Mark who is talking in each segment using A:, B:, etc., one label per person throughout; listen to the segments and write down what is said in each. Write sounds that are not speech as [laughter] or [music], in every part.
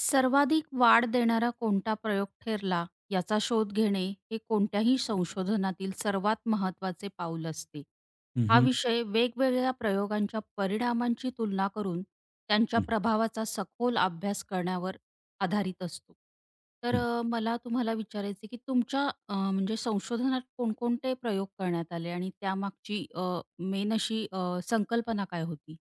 A: सर्वाधिक वाढ देणारा कोणता प्रयोग ठरला याचा शोध घेणे हे कोणत्याही संशोधनातील सर्वात महत्वाचे पाऊल असते.
B: हं,
A: हा
B: हं.
A: विषय वेगवेगळ्या प्रयोगांच्या परिणामांची तुलना करून त्यांच्या
B: हं,
A: प्रभावाचा सखोल अभ्यास करण्यावर आधारित असतो. तर
B: हं.
A: मला तुम्हाला विचारायचं की तुमच्या म्हणजे संशोधनात कोणकोणते प्रयोग करण्यात आले आणि त्यामागची मेन अशी संकल्पना काय होती?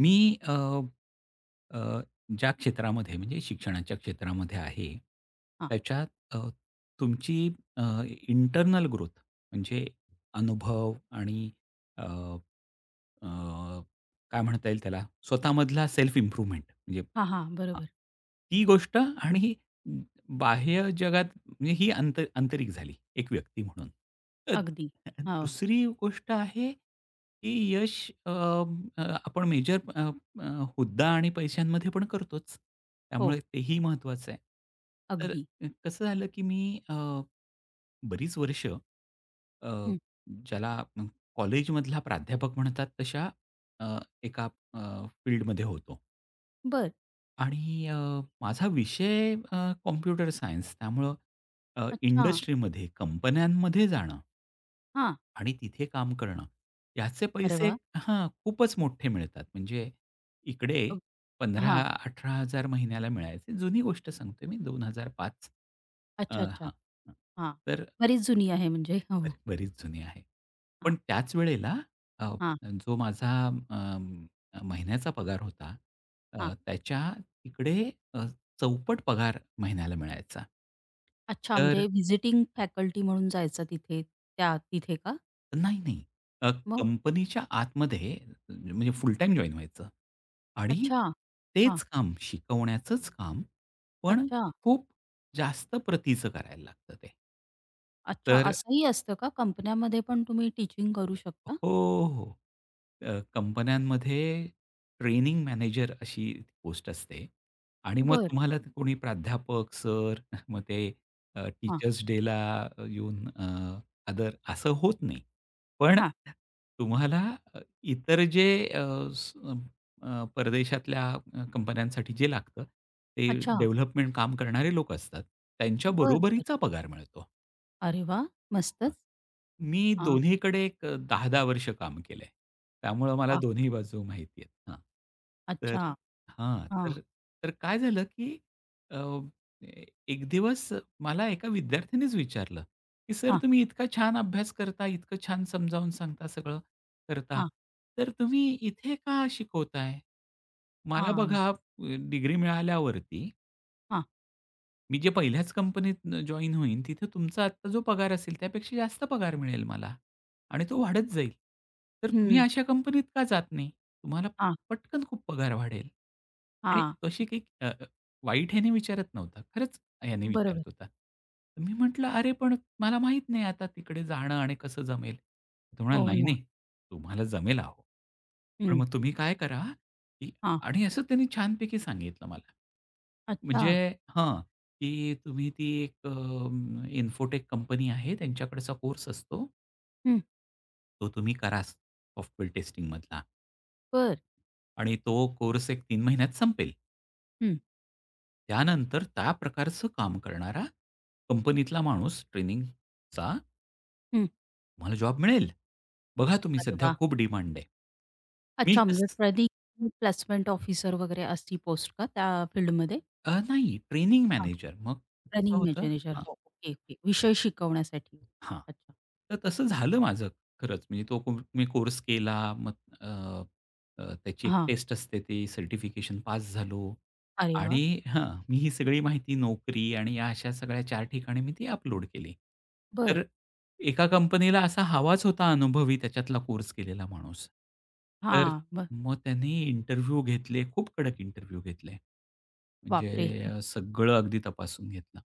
B: मी अ, अ, ज्या क्षेत्रामध्ये म्हणजे शिक्षणाच्या क्षेत्रामध्ये आहे,
A: हां.
B: त्याच्यात अ, तुमची अ, इंटर्नल ग्रोथ म्हणजे अनुभव आणि अ, अ, काय म्हणता येईल त्याला स्वतःमधला सेल्फ इम्प्रूव्हमेंट म्हणजे
A: हां, हां.
B: हां,
A: बरोबर.
B: ती गोष्ट आणि बाह्य जगात म्हणजे ही आंतरिक झाली एक व्यक्ती म्हणून.
A: अगदी. हां.
B: दुसरी गोष्ट आहे, की यश अ, अ, आपण मेजर अ, अ, हुद्दा आणि पैशांमध्ये पण करतोच.
A: हो.
B: त्यामुळे तेही महत्त्वाचं आहे. तर
A: अगदी.
B: कसं झालं, की मी अ, बरीच वर्ष ज्याला आपण कॉलेजमधला प्राध्यापक म्हणतात तशा अ, एका फील्डमध्ये होतो
A: बरं.
B: आणि माझा विषय कॉम्प्युटर सायन्स, त्यामुळं
A: अच्छा.
B: इंडस्ट्रीमध्ये, कंपन्यांमध्ये जाणं
A: हां.
B: आणि तिथे काम करणं. ह्याचे
A: अरे
B: पैसे
A: वाह!
B: हां, खूपच मोठे मिळतात. म्हणजे इकडे
A: अ, हां.
B: 15,000-18,000 महिन्याला मिळायचे. जुनी गोष्ट सांगतोय मी 2005.
A: अच्छा, अच्छा.
B: हां, हां.
A: हां.
B: तर
A: बरीच जुनी आहे म्हणजे. हो, हो.
B: बरीच जुनी आहे. पण
A: हां,
B: त्याच वेळेला अ,
A: हां,
B: जो माझा अं, महिन्याचा पगार होता, त्याच्या तिकडे चौपट पगार महिन्याला मिळायचा.
A: अच्छा
B: तर
A: म्हणजे व्हिजिटिंग फॅकल्टी म्हणून जायचं तिथे त्या तिथे का?
B: नाही, नाही. अ,
A: मग?
B: कंपनीच्या आतमध्ये म्हणजे फुल टाईम जॉइन व्हायचं आणि
A: अच्छा. हां.
B: तेच काम शिकवण्याचंच काम, पण
A: अच्छा,
B: खूप जास्त प्रतीचं करायला लागतं ते.
A: अच्छा.
B: तर
A: असंही असतं का कंपन्यांमध्ये पण तुम्ही टीचिंग करू शकता?
B: हो, हो. कंपन्यांमध्ये ट्रेनिंग मॅनेजर अशी पोस्ट असते आणि मग
A: बरं.
B: तुम्हाला ते कोणी प्राध्यापक, सर [laughs] मग ते
A: हां,
B: टीचर्स डेला येऊन आदर असं होत नाही. पण
A: हां.
B: तुम्हाला अ, इतर जे अ, स परदेशातल्या कंपन्यांसाठी जे लागतं, ते
A: अच्छा.
B: डेव्हलपमेंट काम करणारे लोक असतात. त्यांच्या
A: बरं, बरं.
B: बरोबरीचा पगार मिळतो.
A: अरे वाह!
B: हां.
A: मस्तच.
B: मी
A: हां.
B: दोन्हीकडे एक 10 वर्ष काम केलंय. त्यामुळं मला
A: वाह!
B: दोन्ही बाजू माहिती आहेत. हां.
A: अच्छा.
B: तर हां.
A: हां,
B: तर तर काय झालं, की अ, ए एक दिवस मला एका विद्यार्थ्यानेच विचारलं, की "सर
A: हां,
B: तुम्ही इतका छान अभ्यास करता, इतकं छान समजावून सांगता, सगळं करता,
A: हां,
B: तर तुम्ही इथे का शिकवताय? मला
A: हां,
B: बघा, डिग्री मिळाल्यावरती
A: हां.
B: मी जे पहिल्याच कंपनीत जॉइन होईन, तिथे तुमचा आत्ता जो पगार असेल, त्यापेक्षा जास्त पगार मिळेल मला आणि तो वाढत जाईल. तर तुम्ही
A: हं.
B: अशा कंपनीत का जात नाही? तुम्हाला
A: हां,
B: पटकन खूप पगार वाढेल. आणि
A: हां.
B: तशी काही अ, अ, वाईट ह्याने विचारत नव्हता. खरंच ह्याने विचारत
A: बरोबर.
B: होता. तर मी म्हटलं, "अरे, पण मला माहीत नाही, आता तिकडे जाणं आणि कसं जमेल." तो म्हणाला,
A: हो
B: "नाही,
A: ना.
B: नाही, तुम्हाला जमेल अहो. पण
A: हं.
B: मग तुम्ही काय करा, की"
A: हां.
B: आणि असं त्यांनी छानपैकी सांगितलं मला.
A: अच्छा.
B: म्हणजे हां, की तुम्ही ती एक इन्फोटेक कंपनी आहे त्यांच्याकडचा कोर्स असतो.
A: हं.
B: तो तुम्ही करा सॉफ्टवेअर टेस्टिंगमधला
A: बरं.
B: आणि तो कोर्स एक 3 महिन्यात संपेल.
A: हं,
B: त्यानंतर त्या प्रकारचं काम करणारा कंपनीतला माणूस ट्रेनिंगचा
A: हं.
B: तुम्हाला जॉब मिळेल. बघा तुम्ही
A: अरे
B: सध्या
A: वा,
B: खूप डिमांड आहे. मी
A: अच्छा म्हणजे
B: तसं
A: ट्रेनिंग प्लेसमेंट ऑफिसर वगैरे अशी पोस्ट का त्या फील्डमध्ये?
B: नाही, ट्रेनिंग
A: हां.
B: मॅनेजर. मग कसं
A: ट्रेनिंग
B: होतं
A: मॅनेजर.
B: हां.
A: हो. Okay, okay. विषय शिकवण्यासाठी.
B: हां.
A: अच्छा.
B: तर तसं झालं माझं खरंच. म्हणजे तो मी कोर्स केला. मग अ, अ, त्याची एक
A: हां.
B: टेस्ट असते, ती सर्टिफिकेशन पास झालो.
A: अरे वाह!
B: आणि हां, मी ही सगळी माहिती नोकरी आणि या अशा सगळ्या 4 ठिकाणी मी ती अपलोड केली.
A: बरं.
B: तर एका कंपनीला असा हवाच होता, अनुभवी त्याच्यातला कोर्स केलेला माणूस. तर
A: हां. मग
B: मग त्यांनी इंटरव्ह्यू घेतले. खूप कडक इंटरव्ह्यू घेतले. म्हणजे
A: बापरे!
B: सगळं अगदी तपासून घेतलं.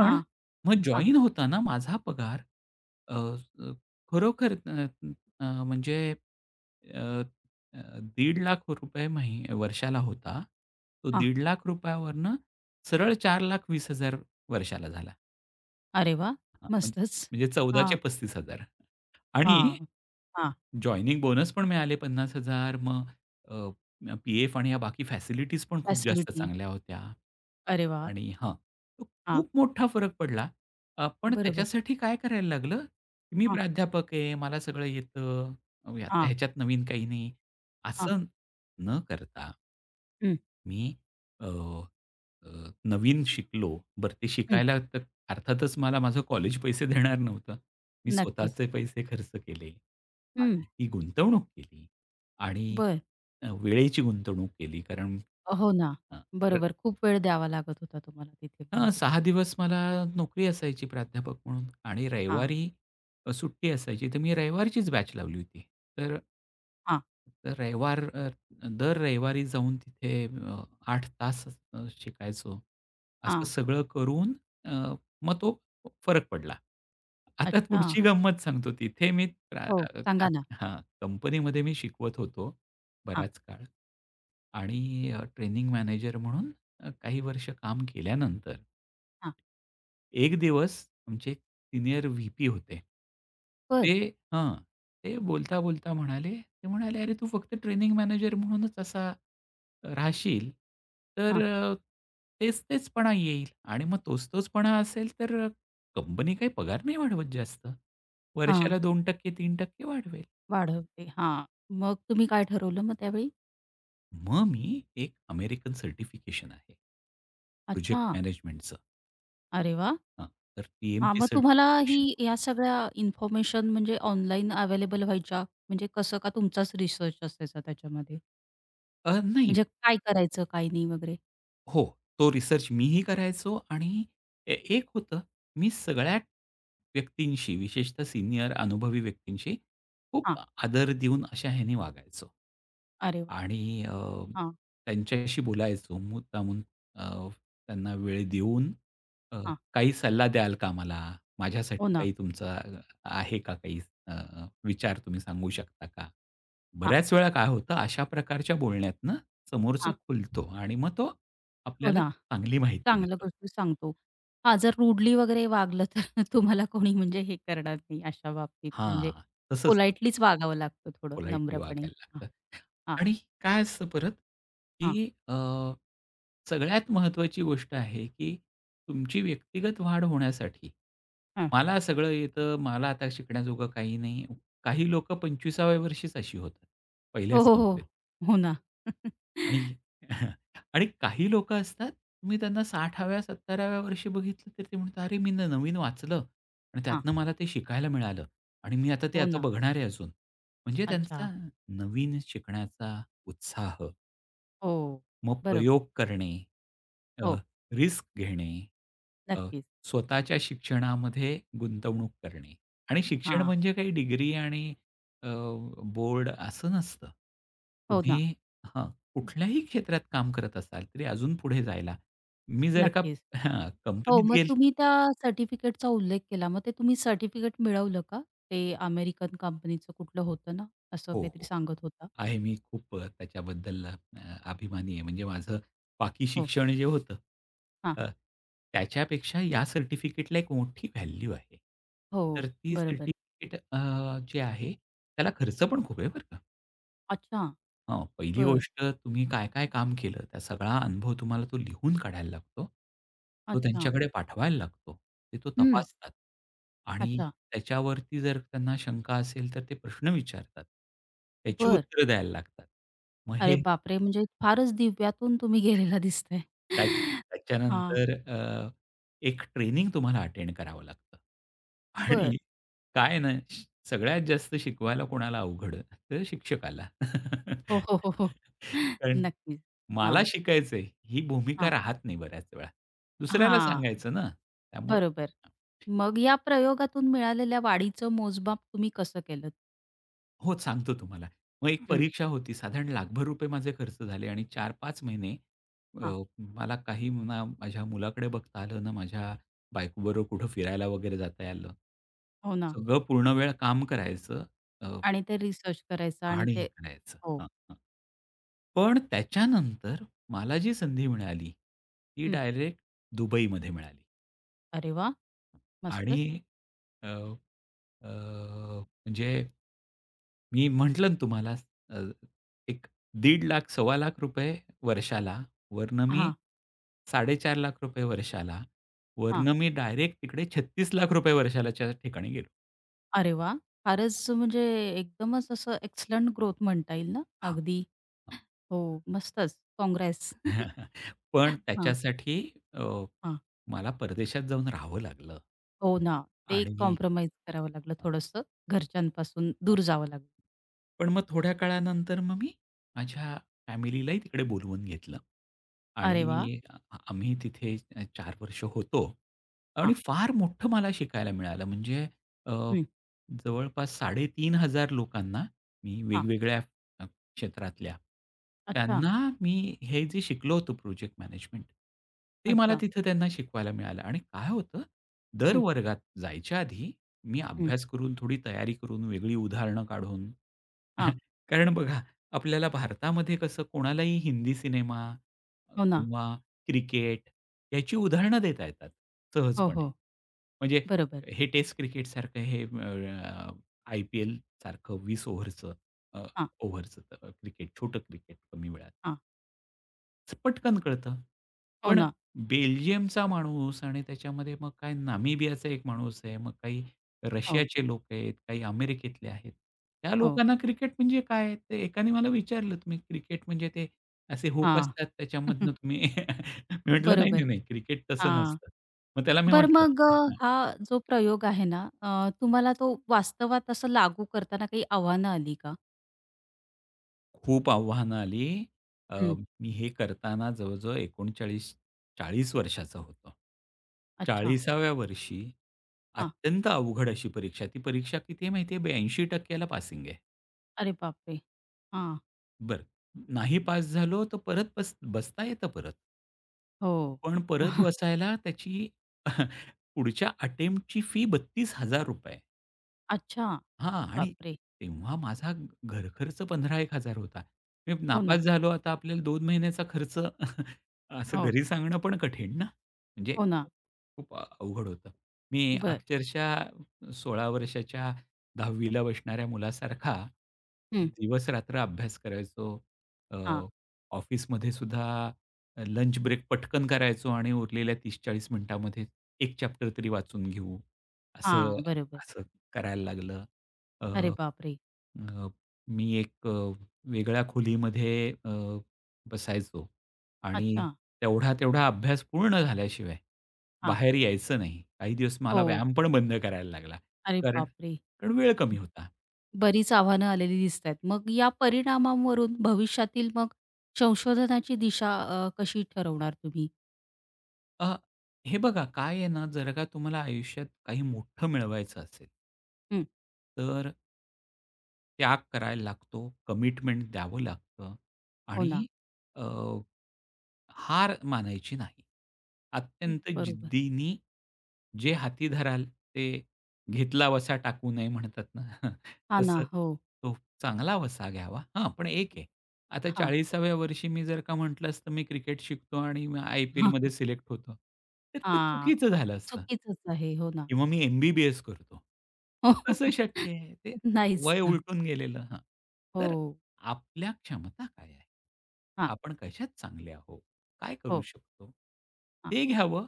A: हां,
B: मग
A: हां,
B: जॉइन होताना माझा पगार अ, अ, खरोखर अ, अ, म्हणजे अ, अ, ₹1,50,000 मही वर्षाला होता. तो
A: हां.
B: ₹1,50,000 वरनं सरळ ₹4,20,000 वर्षाला झाला.
A: अरे वा,
B: हां, म्हणजे,
A: मस्तच.
B: 14चे
A: हां,
B: 35,000 आणि
A: हां, हां.
B: जॉइनिंग बोनस पण मिळाले 50,000. मग पी-एफ आणि ह्या बाकी फॅसिलिटीज पण खूप जास्त
A: फॅसिलिटी.
B: चांगल्या होत्या.
A: अरे वा,
B: आणि हां, तो
A: हां.
B: खूप मोठा फरक पडला. पण
A: बरोबर.
B: त्याच्यासाठी काय करायला लागलं, की मी
A: हां,
B: प्राध्यापक आहे, मला सगळं येतं, आता
A: हां,
B: ह्याच्यात नवीन काही नाही,
A: हां.
B: असं न करता
A: हं,
B: मी अ, अ, नवीन शिकलो. बरं ते
A: हं.
B: शिकायला तर अर्थातच मला माझं कॉलेज पैसे देणार नव्हतं. मी
A: नक्कीच.
B: स्वतःचे पैसे खर्च केले.
A: हं.
B: आणि ती गुंतवणूक केली आणि
A: बरं.
B: वेळेची गुंतवणूक केली कारण
A: हो ना.
B: अ,
A: बरोबर. खूप वेळ द्यावा लागत होता तुम्हाला तिथे
B: हां,
A: म्हणजे.
B: 6 दिवस मला नोकरी असायची प्राध्यापक म्हणून आणि
A: हां,
B: रविवारी सुट्टी असायची. तर मी रविवारचीच बॅच लावली होती. तर
A: हां,
B: तर रविवार, दर रविवारी जाऊन तिथे 8 तास शिकायचो. असं
A: हां.
B: सगळं करून अ, मग तो फरक पडला. आता
A: अच्छा.
B: पुढची गंमत सांगतो. तिथे मी प्रा
A: हो,
B: अ,
A: सांगा ना.
B: हां, कंपनीमध्ये मी शिकवत होतो
A: हां,
B: बराच काळ आणि ट्रेनिंग मॅनेजर म्हणून काही वर्ष काम केल्यानंतर,
A: हां.
B: एक दिवस आमचे सीनियर व्ही-पी होते. ते
A: बरं.
B: हां, ते बोलता-बोलता म्हणाले, ते म्हणाले, "अरे, तू फक्त ट्रेनिंग मॅनेजर म्हणूनच असा राहशील, तर
A: हां,
B: तेच-तेचपणा येईल आणि मग तोच-तोचपणा असेल तर कंपनी काही पगार नाही वाढवत जास्त.
A: हां.
B: वर्षाला 2% 3% वाढवेल."
A: वाढवते. हां. मग तुम्ही काय ठरवलं मग त्यावेळी?
B: मग मी एक अमेरिकन सर्टिफिकेशन आहे, प्रोजेक्ट
A: अच्छा.
B: मॅनेजमेंटचं.
A: अरे वा,
B: हां, तर
A: हां,
B: पी-एम-टी
A: मग तुम्हाला ही
B: सर्टिफिकेशन.
A: या सगळ्या इन्फॉर्मेशन म्हणजे ऑनलाईन अवेलेबल व्हायच्या? म्हणजे कसं का तुमचाच रिसर्च असायचा त्याच्यामध्ये?
B: नाही.
A: म्हणजे काय करायचं, काय नाही वगैरे?
B: हो, तो रिसर्च मीही करायचो आणि एक होतं, मी सगळ्या व्यक्तींशी, विशेषतः सीनियर अनुभवी व्यक्तींशी खूप
A: हां.
B: आदर देऊन अशा ह्याने वागायचो.
A: अरे वाह!
B: आणि
A: हां,
B: त्यांच्याशी बोलायचो मुद्दामून, अ, त्यांना वेळ देऊन, अ,
A: हां.
B: "काही सल्ला द्याल का मला?
A: हो
B: माझ्यासाठी
A: ना.
B: काही तुमचा आहे का काही अ, विचार तुम्ही सांगू शकता का?"
A: हां,
B: बऱ्याच वेळा काय होतं, अशा प्रकारच्या बोलण्यातनं समोरचा
A: हां.
B: खुलतो आणि मग तो
A: हो
B: आपल्याला
A: ना.
B: चांगली माहिती
A: चांगलं
B: देतं.
A: गोष्टी सांगतो. हां, जर रूडली वगैरे वागलं तर [laughs] तुम्हाला कोणी म्हणजे हे करणार नाही अशा बाबतीत म्हणजे
B: हां, तसंच
A: पोलाइटलीच वागावं लागतं थोडं
B: पोलाइटली
A: नम्रपणे.
B: वागायला
A: हां,
B: लागतं.
A: हां,
B: आणि काय असतं परत,
A: हां,
B: की सगळ्यात महत्त्वाची गोष्ट आहे, की तुमची व्यक्तिगत वाढ होण्यासाठी,
A: हां.
B: मला सगळं येतं, मला आता शिकण्याजोगं काही नाही. काही लोकं 25व्या वर्षीच अशी होतात,
A: हो,
B: पहिल्याच
A: हो, हो.
B: नोकरीत.
A: हो ना.
B: आणि
A: [laughs]
B: [laughs] आणि काही लोकं असतात, तुम्ही त्यांना 60व्या 70व्या वर्षी बघितलं, तर ते म्हणतात, "अरे, मी नवीन वाचलं आणि
A: हां,
B: त्यातनं मला ते शिकायला मिळालं आणि मी आता ते
A: हो
B: आता
A: ना.
B: बघणार आहे अजून." म्हणजे
A: अच्छा.
B: त्यांचा नवीन शिकण्याचा उत्साह,
A: हो,
B: मग
A: बरोबर.
B: प्रयोग करणे, अ,
A: हो,
B: रिस्क घेणे, अ,
A: नक्कीच.
B: स्वतःच्या शिक्षणामध्ये गुंतवणूक करणे आणि शिक्षण
A: हां,
B: म्हणजे काही डिग्री आणि अ, बोर्ड असं नसतं.
A: हो
B: तुम्ही
A: ना.
B: हां, कुठल्याही क्षेत्रात काम करत असाल तरी अजून पुढे जायला. मी जर का
A: नक्कीच.
B: हां,
A: हो,
B: कंपनीत
A: मग
B: गेल.
A: तुम्ही त्या सर्टिफिकेटचा उल्लेख केला. मग ते तुम्ही सर्टिफिकेट मिळवलं का? ते अमेरिकन कंपनीचं कुठलं होतं ना, असं
B: हो,
A: काहीतरी
B: हो.
A: सांगत होता?
B: आहे. मी खूप त्याच्याबद्दल अभिमानी आहे. म्हणजे माझं बाकी
A: हो,
B: शिक्षण जे होतं
A: हां.
B: अ, त्याच्यापेक्षा या सर्टिफिकेटला एक मोठी व्हॅल्यू आहे.
A: हो,
B: तर ती
A: बरोबर.
B: सर्टिफिकेट जे आहे, त्याला खर्च पण खूप आहे बरं का.
A: अच्छा,
B: हां, पहिली
A: बरं.
B: गोष्ट तुम्ही काय-काय काम केलं, त्या सगळा अनुभव तुम्हाला तो लिहून काढायला लागतो. तो
A: अच्छा.
B: त्यांच्याकडे पाठवायला लागतो. ते तो
A: हं.
B: तपासतात आणि
A: अच्छा,
B: त्याच्यावरती जर त्यांना शंका असेल, तर ते प्रश्न विचारतात. त्याची
A: बरं.
B: उत्तरं द्यायला लागतात. मग हे
A: अरे बापरे! म्हणजे फारच दिव्यातून तुम्ही गेलेला दिसताय.
B: त्या
A: [laughs] हां,
B: त्याच्यानंतर एक ट्रेनिंग तुम्हाला अटेंड करावं लागतं.
A: बरं.
B: आणि काय आहे ना, सगळ्यात जास्त शिकवायला कोणाला अवघड, तर शिक्षकाला.
A: हो,
B: [laughs]
A: हो, हो, हो.
B: कारण
A: नक्कीच.
B: मला
A: हां,
B: शिकायचंय ही भूमिका
A: हां,
B: राहत नाही बऱ्याच वेळा. दुसऱ्याला
A: हां,
B: सांगायचं ना, त्यामुळं
A: बरोबर. मग या प्रयोगातून मिळालेल्या वाढीचं मोजमाप तुम्ही कसं केलंत?
B: हो, सांगतो तुम्हाला. मग एक
A: हं,
B: परीक्षा होती. साधारण ₹1,00,000 माझे खर्च झाले आणि चार-पाच महिने अ,
A: हां.
B: मला काही ना माझ्या मुलाकडे बघता आलं, ना माझ्या बायकोबरोबर कुठं फिरायला वगैरे जाता आलं.
A: हो ना.
B: सगळं पूर्ण वेळ काम करायचं अ,
A: आणि ते रिसर्च करायचा आणि
B: आणि हे
A: ते
B: करायचं.
A: हो.
B: हां, हां. पण त्याच्यानंतर मला जी संधी मिळाली, ती
A: हं.
B: डायरेक्ट दुबईमध्ये मिळाली
A: अरे वाह!
B: आणि
A: मस्तच.
B: अ, अ, म्हणजे मी म्हटलं ना तुम्हाला अ, एक ₹1,50,000 ₹2,50,000 वर्षाला, वरनं मी
A: हां,
B: ₹4,50,000 वर्षाला,
A: हां.
B: वरनं मी डायरेक्ट तिकडे ₹36,00,000 वर्षालाच्या ठिकाणी गेलो.
A: अरे वाह! फारच म्हणजे एकदमच असं एक्सलंट ग्रोथ म्हणता येईल ना?
B: हां,
A: अगदी.
B: हां.
A: हो, मस्तच. काँग्रेस. [laughs]
B: [laughs] पण
A: हां,
B: त्याच्यासाठी अ,
A: हां.
B: मला परदेशात जाऊन राहावं लागलं
A: हो ना. ते
B: आणि
A: कॉम्प्रोमाईज करावं लागलं थोडंसं. घरच्यांपासून दूर जावं लागलं.
B: पण मग थोड्या काळानंतर मग मी माझ्या फॅमिलीलाही तिकडे बोलवून घेतलं
A: अरे वाह!
B: आणि आम्ही तिथे 4 वर्ष होतो
A: हां,
B: आणि फार मोठं मला शिकायला मिळालं. म्हणजे अ,
A: हं,
B: जवळपास 3,500 लोकांना मी
A: हां.
B: वेगवेगळ्या अ, क्षेत्रातल्या,
A: अच्छा,
B: त्यांना मी हे जे शिकलो होतो प्रोजेक्ट मॅनेजमेंट, ते मला
A: अच्छा.
B: तिथं त्यांना शिकवायला मिळालं आणि काय होतं, दर
A: हं,
B: वर्गात जायच्या आधी मी
A: हं.
B: अभ्यास करून, थोडी तयारी करून, वेगळी उदाहरणं काढून
A: हां.
B: [laughs] कारण बघा, आपल्याला भारतामध्ये कसं कोणालाही हिंदी सिनेमा
A: हो ना.
B: किंवा क्रिकेट याची उदाहरणं देता येतात
A: हो, हो.
B: सहजपणे. म्हणजे
A: बरोबर.
B: हे टेस्ट क्रिकेटसारखं, हे आय-पी-एल सारखं 20 ओव्हरचं अ,
A: हां,
B: ओव्हरचं क्रिकेट, छोटं क्रिकेट, कमी वेळात.
A: हां.
B: पटकन कळतं.
A: हो
B: पण
A: ना.
B: बेल्जियमचा माणूस आणि त्याच्यामध्ये मग काय नामिबियाचा एक माणूस आहे, मग काही
A: हो,
B: रशियाचे लोक आहेत, काही अमेरिकेतले आहेत. त्या
A: हो.
B: लोकांना क्रिकेट म्हणजे काय? ते एकाने मला विचारलं, "तुम्ही क्रिकेट म्हणजे ते असे हुक
A: हां.
B: असतात त्याच्यामधनं
A: [laughs]
B: तुम्ही" [laughs] मी म्हटलं, "नाही, नाही,
A: बरोबर.
B: नाही. क्रिकेट तसं
A: हां.
B: नसतं." मग त्याला मी
A: बरं
B: म्हटलं,
A: मग हा जो प्रयोग आहे ना, तुम्हाला तो वास्तवात असं लागू करताना काही आव्हानं आली का?
B: खूप आव्हानं आली. अ,
A: हं.
B: मी हे करताना जवळ-जवळ 39 वर्षाचा होतो.
A: अच्छा.
B: 40व्या वर्षी
A: हां.
B: अत्यंत अवघड अशी परीक्षा. ती परीक्षा किती आहे माहिती आहे? 82% ला पासिंग आहे.
A: अरे बापरे! हां.
B: बरं, नाही पास झालो तर परत बसता येतं परत.
A: हो.
B: पण परत
A: [laughs]
B: बसायला त्याची [laughs] पुढच्या अटेम्प्टची फी ₹32,000.
A: अच्छा.
B: हां. आणि
A: बापरे!
B: तेव्हा माझा घरखर्च 15,000 होता. मी
A: हो
B: नापास
A: ना.
B: झालो, आता आपल्याला 2 महिन्याचा खर्च [laughs] असं
A: हो.
B: घरी सांगणं पण कठीण ना. म्हणजे
A: हो ना.
B: खूप खूप अवघड होतं. मी
A: बरं.
B: अक्षरशः 16 वर्षाच्या 10वी ला बसणाऱ्या मुलासारखा
A: हं.
B: दिवस-रात्र अभ्यास करायचो. अ,
A: हां.
B: ऑफिसमध्ये सुद्धा लंच ब्रेक पटकन करायचो आणि उरलेल्या 30-40 मिनिटामध्ये एक चॅप्टर तरी वाचून घेऊ, असं
A: हां. बरोबर.
B: असं करायला लागलं.
A: अरे
B: अ,
A: बापरे!
B: अ, मी एक वेगळ्या खोलीमध्ये अ, बसायचो आणि
A: अच्छा.
B: तेवढा, तेवढा अभ्यास पूर्ण झाल्याशिवाय
A: हां.
B: बाहेर यायचं नाही. काही दिवस मला
A: हो.
B: व्यायाम पण बंद करायला लागला.
A: अरे
B: कारण
A: बापरे!
B: कारण वेळ कमी होता.
A: बरीच आव्हानं आलेली दिसतायत. मग या परिणामांवरून भविष्यातील मग संशोधनाची दिशा कशी ठरवणार तुम्ही?
B: अ, हे बघा काय आहे ना, जर का तुम्हाला आयुष्यात काही मोठं मिळवायचं असेल
A: हं.
B: तर त्याग करायला लागतो, कमिटमेंट द्यावं लागतं
A: हो ना.
B: आणि हार मानायची नाही. अत्यंत
A: बरोबर.
B: जिद्दीने जे हाती धराल ते, घेतला वसा टाकू नये म्हणतात ना, [laughs]
A: हां ना.
B: तसं
A: हो.
B: तो चांगला वसा घ्यावा. हां, पण एक आहे. आता
A: हां.
B: 40व्या वर्षी मी जर का म्हटलं असतं, मी क्रिकेट शिकतो आणि मग आय-पी-एलमध्ये
A: [laughs]
B: सिलेक्ट होतो, तर ते
A: हां.
B: चुकीचं झालं असतं.
A: चुकीचंच आहे. हो ना.
B: किंवा मी एम-बी-बी-एस करतो. तर कसं शक्य आहे? ते
A: [laughs] नाहीच
B: वय उलटून गेलेलं. हां, तर
A: हो.
B: आपल्या क्षमता काय आहेत?
A: हां.
B: आपण कशात चांगले आहोत? काय करू
A: हो.
B: शकतो?
A: हां.
B: ते घ्यावं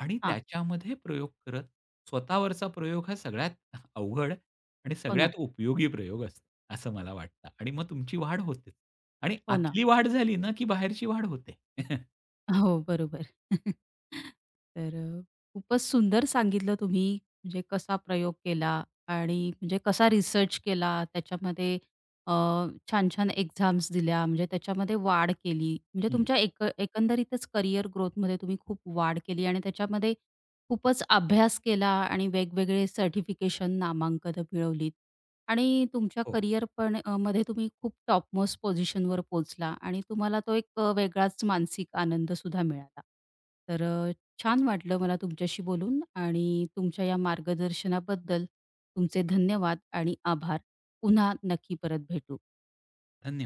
B: आणि
A: हां.
B: त्याच्यामध्ये प्रयोग करत, स्वतःवरचा प्रयोग हा सगळ्यात अवघड आणि
A: हो
B: सगळ्यात
A: ना.
B: उपयोगी प्रयोग असतो, असं मला वाटतं आणि मग तुमची वाढ होते आणि
A: हो ना.
B: आतली वाढ झाली ना, की बाहेरची वाढ होते. [laughs]
A: हो, बरोबर. [laughs] तर खूपच सुंदर सांगितलं तुम्ही म्हणजे कसा प्रयोग केला आणि म्हणजे कसा रिसर्च केला त्याच्यामध्ये अ, छान-छान एक्झाम्स दिल्या म्हणजे त्याच्यामध्ये वाढ केली. म्हणजे
B: हं.
A: तुमच्या एक एकंदरीतच करियर ग्रोथमध्ये तुम्ही खूप वाढ केली आणि त्याच्यामध्ये खूपच अभ्यास केला आणि वेगवेगळे सर्टिफिकेशन, नामांकनं मिळवलीत. आणि तुमच्या
B: हो.
A: करिअर पण मध्ये तुम्ही खूप टॉपमोस्ट पोझिशनवर पोहोचला आणि तुम्हाला तो एक वेगळाच मानसिक आनंद सुद्धा मिळाला. तर छान वाटलं मला तुमच्याशी बोलून आणि तुमच्या या मार्गदर्शनाबद्दल तुमचे धन्यवाद आणि आभार. पुन्हा नक्की परत भेटू.
B: धन्यवाद.